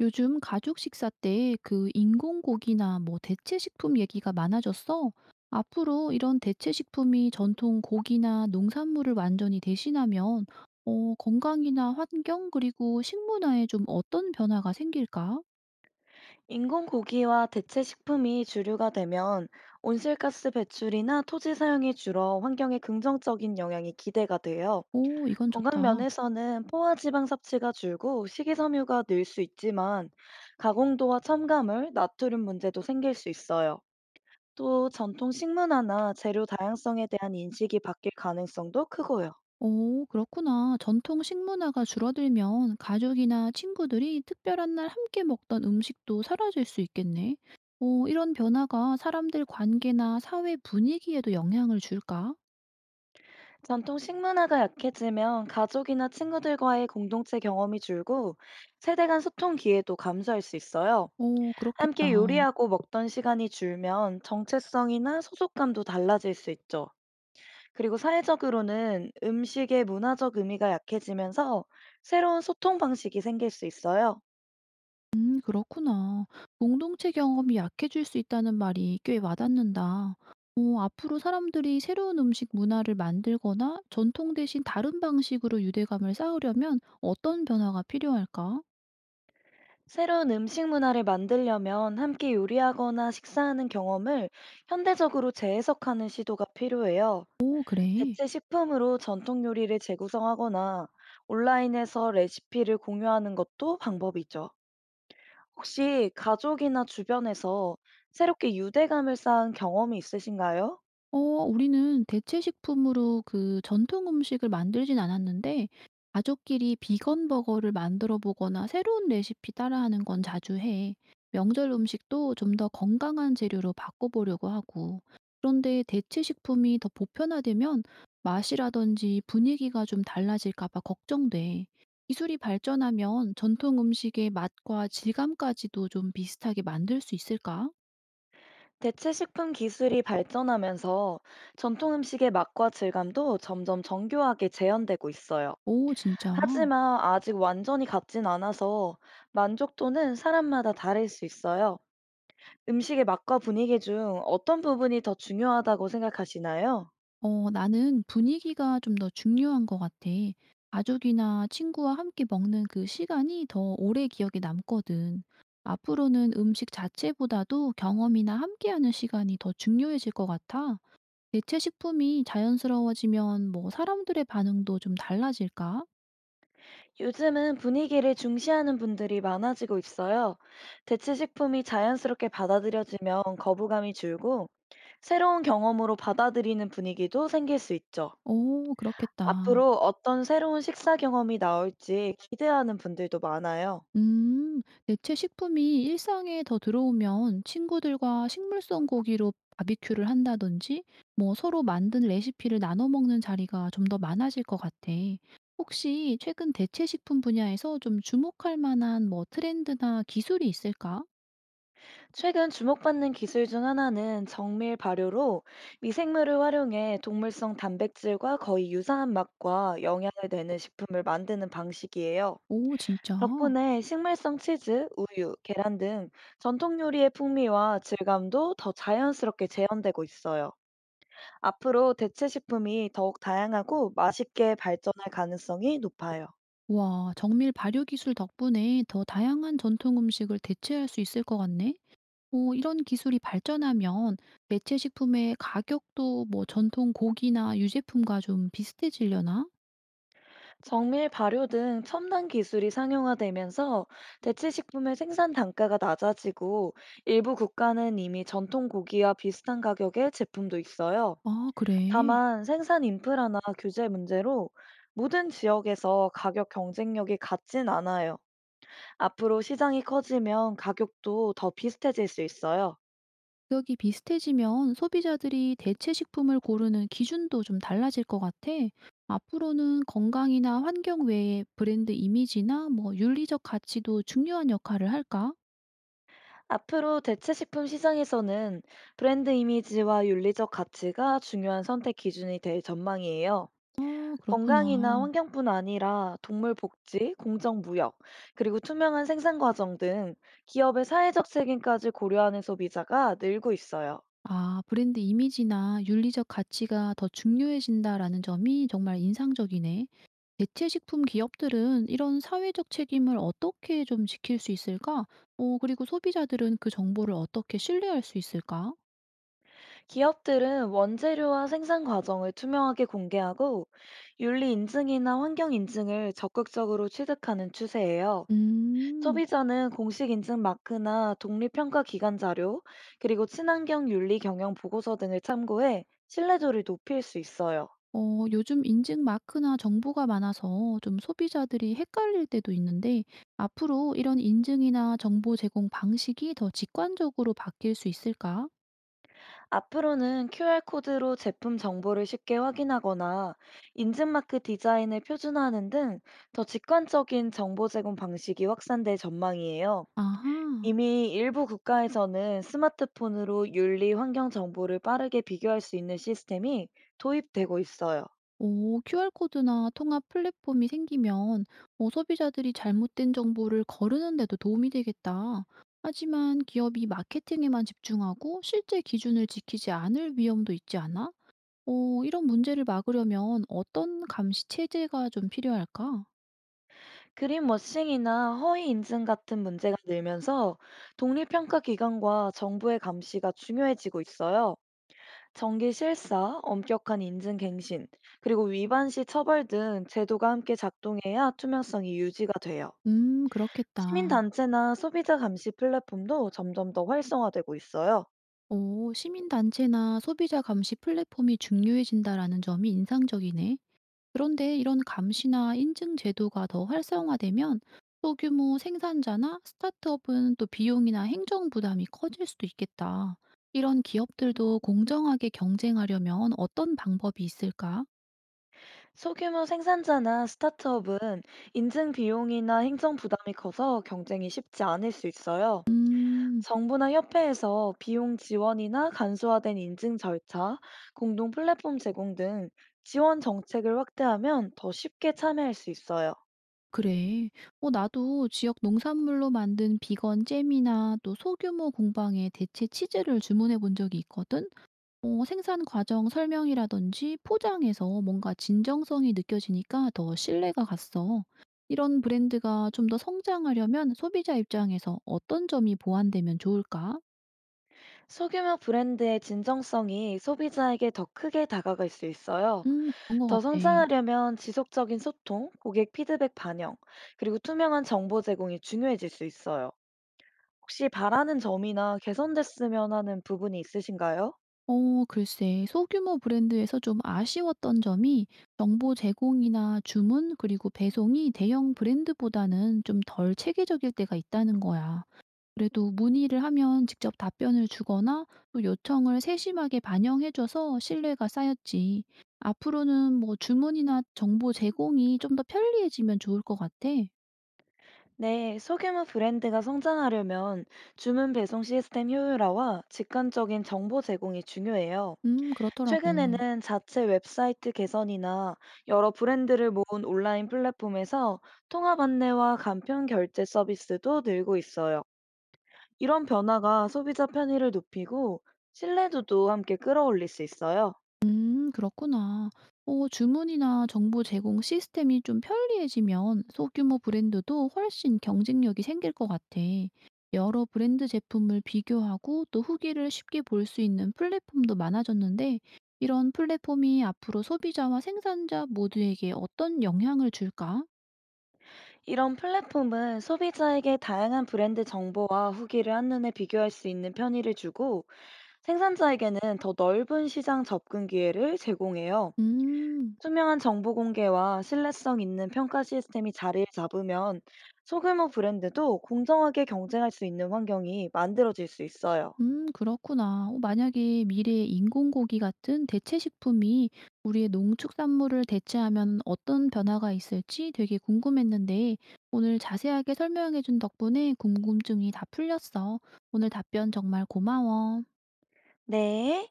요즘 가족 식사 때 그 인공고기나 뭐 대체식품 얘기가 많아졌어. 앞으로 이런 대체식품이 전통 고기나 농산물을 완전히 대신하면 건강이나 환경 그리고 식문화에 좀 어떤 변화가 생길까? 인공 고기와 대체 식품이 주류가 되면 온실가스 배출이나 토지 사용이 줄어 환경에 긍정적인 영향이 기대가 돼요. 오, 이건 건강 좋다. 면에서는 포화지방 섭취가 줄고 식이섬유가 늘 수 있지만 가공도와 첨가물, 나트륨 문제도 생길 수 있어요. 또 전통 식문화나 재료 다양성에 대한 인식이 바뀔 가능성도 크고요. 오, 그렇구나. 전통 식문화가 줄어들면 가족이나 친구들이 특별한 날 함께 먹던 음식도 사라질 수 있겠네. 이런 변화가 사람들 관계나 사회 분위기에도 영향을 줄까? 전통 식문화가 약해지면 가족이나 친구들과의 공동체 경험이 줄고 세대 간 소통 기회도 감소할 수 있어요. 오 함께 그렇겠다. 요리하고 먹던 시간이 줄면 정체성이나 소속감도 달라질 수 있죠. 그리고 사회적으로는 음식의 문화적 의미가 약해지면서 새로운 소통 방식이 생길 수 있어요. 그렇구나. 공동체 경험이 약해질 수 있다는 말이 꽤 와닿는다. 앞으로 사람들이 새로운 음식 문화를 만들거나 전통 대신 다른 방식으로 유대감을 쌓으려면 어떤 변화가 필요할까? 새로운 음식 문화를 만들려면 함께 요리하거나 식사하는 경험을 현대적으로 재해석하는 시도가 필요해요. 오 그래. 대체 식품으로 전통 요리를 재구성하거나 온라인에서 레시피를 공유하는 것도 방법이죠. 혹시 가족이나 주변에서 새롭게 유대감을 쌓은 경험이 있으신가요? 우리는 대체 식품으로 그 전통 음식을 만들진 않았는데 가족끼리 비건 버거를 만들어 보거나 새로운 레시피 따라하는 건 자주 해. 명절 음식도 좀 더 건강한 재료로 바꿔보려고 하고. 그런데 대체 식품이 더 보편화되면 맛이라든지 분위기가 좀 달라질까 봐 걱정돼. 기술이 발전하면 전통 음식의 맛과 질감까지도 좀 비슷하게 만들 수 있을까? 대체 식품 기술이 발전하면서 전통 음식의 맛과 질감도 점점 정교하게 재현되고 있어요. 오, 진짜. 하지만 아직 완전히 같진 않아서 만족도는 사람마다 다를 수 있어요. 음식의 맛과 분위기 중 어떤 부분이 더 중요하다고 생각하시나요? 나는 분위기가 좀 더 중요한 것 같아. 가족이나 친구와 함께 먹는 그 시간이 더 오래 기억에 남거든. 앞으로는 음식 자체보다도 경험이나 함께하는 시간이 더 중요해질 것 같아. 대체 식품이 자연스러워지면 뭐 사람들의 반응도 좀 달라질까? 요즘은 분위기를 중시하는 분들이 많아지고 있어요. 대체식품이 자연스럽게 받아들여지면 거부감이 줄고 새로운 경험으로 받아들이는 분위기도 생길 수 있죠. 오, 그렇겠다. 앞으로 어떤 새로운 식사 경험이 나올지 기대하는 분들도 많아요. 대체 식품이 일상에 더 들어오면 친구들과 식물성 고기로 바비큐를 한다든지, 뭐 서로 만든 레시피를 나눠 먹는 자리가 좀 더 많아질 것 같아. 혹시 최근 대체 식품 분야에서 좀 주목할 만한 뭐 트렌드나 기술이 있을까? 최근 주목받는 기술 중 하나는 정밀 발효로, 미생물을 활용해 동물성 단백질과 거의 유사한 맛과 영양을 내는 식품을 만드는 방식이에요. 오, 진짜? 덕분에 식물성 치즈, 우유, 계란 등 전통 요리의 풍미와 질감도 더 자연스럽게 재현되고 있어요. 앞으로 대체 식품이 더욱 다양하고 맛있게 발전할 가능성이 높아요. 와, 정밀 발효 기술 덕분에 더 다양한 전통 음식을 대체할 수 있을 것 같네. 이런 기술이 발전하면 대체식품의 가격도 뭐 전통 고기나 유제품과 좀 비슷해지려나? 정밀 발효 등 첨단 기술이 상용화되면서 대체 식품의 생산 단가가 낮아지고, 일부 국가는 이미 전통 고기와 비슷한 가격의 제품도 있어요. 아, 그래. 다만 생산 인프라나 규제 문제로 모든 지역에서 가격 경쟁력이 같진 않아요. 앞으로 시장이 커지면 가격도 더 비슷해질 수 있어요. 가격이 비슷해지면 소비자들이 대체식품을 고르는 기준도 좀 달라질 것 같아. 앞으로는 건강이나 환경 외에 브랜드 이미지나 뭐 윤리적 가치도 중요한 역할을 할까? 앞으로 대체식품 시장에서는 브랜드 이미지와 윤리적 가치가 중요한 선택 기준이 될 전망이에요. 아, 건강이나 그렇구나. 환경뿐 아니라 동물 복지, 공정 무역, 그리고 투명한 생산 과정 등 기업의 사회적 책임까지 고려하는 소비자가 늘고 있어요. 아, 브랜드 이미지나 윤리적 가치가 더 중요해진다라는 점이 정말 인상적이네. 대체식품 기업들은 이런 사회적 책임을 어떻게 좀 지킬 수 있을까? 그리고 소비자들은 그 정보를 어떻게 신뢰할 수 있을까? 기업들은 원재료와 생산 과정을 투명하게 공개하고 윤리 인증이나 환경 인증을 적극적으로 취득하는 추세예요. 음, 소비자는 공식 인증 마크나 독립평가 기관 자료, 그리고 친환경 윤리 경영 보고서 등을 참고해 신뢰도를 높일 수 있어요. 요즘 인증 마크나 정보가 많아서 좀 소비자들이 헷갈릴 때도 있는데 앞으로 이런 인증이나 정보 제공 방식이 더 직관적으로 바뀔 수 있을까? 앞으로는 QR코드로 제품 정보를 쉽게 확인하거나 인증마크 디자인을 표준화하는 등 더 직관적인 정보 제공 방식이 확산될 전망이에요. 아하. 이미 일부 국가에서는 스마트폰으로 윤리 환경 정보를 빠르게 비교할 수 있는 시스템이 도입되고 있어요. 오, QR코드나 통합 플랫폼이 생기면 소비자들이 잘못된 정보를 거르는 데도 도움이 되겠다. 하지만 기업이 마케팅에만 집중하고 실제 기준을 지키지 않을 위험도 있지 않아? 이런 문제를 막으려면 어떤 감시 체제가 좀 필요할까? 그린워싱이나 허위 인증 같은 문제가 늘면서 독립평가 기관과 정부의 감시가 중요해지고 있어요. 정기 실사, 엄격한 인증 갱신, 그리고 위반 시 처벌 등 제도가 함께 작동해야 투명성이 유지가 돼요. 그렇겠다. 시민단체나 소비자 감시 플랫폼도 점점 더 활성화되고 있어요. 오, 시민단체나 소비자 감시 플랫폼이 중요해진다라는 점이 인상적이네. 그런데 이런 감시나 인증 제도가 더 활성화되면 소규모 생산자나 스타트업은 또 비용이나 행정 부담이 커질 수도 있겠다. 이런 기업들도 공정하게 경쟁하려면 어떤 방법이 있을까? 소규모 생산자나 스타트업은 인증 비용이나 행정 부담이 커서 경쟁이 쉽지 않을 수 있어요. 음, 정부나 협회에서 비용 지원이나 간소화된 인증 절차, 공동 플랫폼 제공 등 지원 정책을 확대하면 더 쉽게 참여할 수 있어요. 그래. 나도 지역 농산물로 만든 비건 잼이나 또 소규모 공방에 대체 치즈를 주문해 본 적이 있거든? 생산 과정 설명이라든지 포장에서 뭔가 진정성이 느껴지니까 더 신뢰가 갔어. 이런 브랜드가 좀 더 성장하려면 소비자 입장에서 어떤 점이 보완되면 좋을까? 소규모 브랜드의 진정성이 소비자에게 더 크게 다가갈 수 있어요. 그런 것 더 같아. 성장하려면 지속적인 소통, 고객 피드백 반영, 그리고 투명한 정보 제공이 중요해질 수 있어요. 혹시 바라는 점이나 개선됐으면 하는 부분이 있으신가요? 글쎄, 소규모 브랜드에서 좀 아쉬웠던 점이 정보 제공이나 주문, 그리고 배송이 대형 브랜드보다는 좀 덜 체계적일 때가 있다는 거야. 그래도 문의를 하면 직접 답변을 주거나 또 요청을 세심하게 반영해줘서 신뢰가 쌓였지. 앞으로는 뭐 주문이나 정보 제공이 좀 더 편리해지면 좋을 것 같아. 네, 소규모 브랜드가 성장하려면 주문 배송 시스템 효율화와 직관적인 정보 제공이 중요해요. 그렇더라고. 최근에는 자체 웹사이트 개선이나 여러 브랜드를 모은 온라인 플랫폼에서 통합 안내와 간편 결제 서비스도 늘고 있어요. 이런 변화가 소비자 편의를 높이고 신뢰도도 함께 끌어올릴 수 있어요. 그렇구나. 주문이나 정보 제공 시스템이 좀 편리해지면 소규모 브랜드도 훨씬 경쟁력이 생길 것 같아. 여러 브랜드 제품을 비교하고 또 후기를 쉽게 볼 수 있는 플랫폼도 많아졌는데, 이런 플랫폼이 앞으로 소비자와 생산자 모두에게 어떤 영향을 줄까? 이런 플랫폼은 소비자에게 다양한 브랜드 정보와 후기를 한눈에 비교할 수 있는 편의를 주고, 생산자에게는 더 넓은 시장 접근 기회를 제공해요. 음. 투명한 정보 공개와 신뢰성 있는 평가 시스템이 자리를 잡으면 소규모 브랜드도 공정하게 경쟁할 수 있는 환경이 만들어질 수 있어요. 그렇구나. 만약에 미래에 인공고기 같은 대체 식품이 우리의 농축산물을 대체하면 어떤 변화가 있을지 되게 궁금했는데 오늘 자세하게 설명해준 덕분에 궁금증이 다 풀렸어. 오늘 답변 정말 고마워. 네.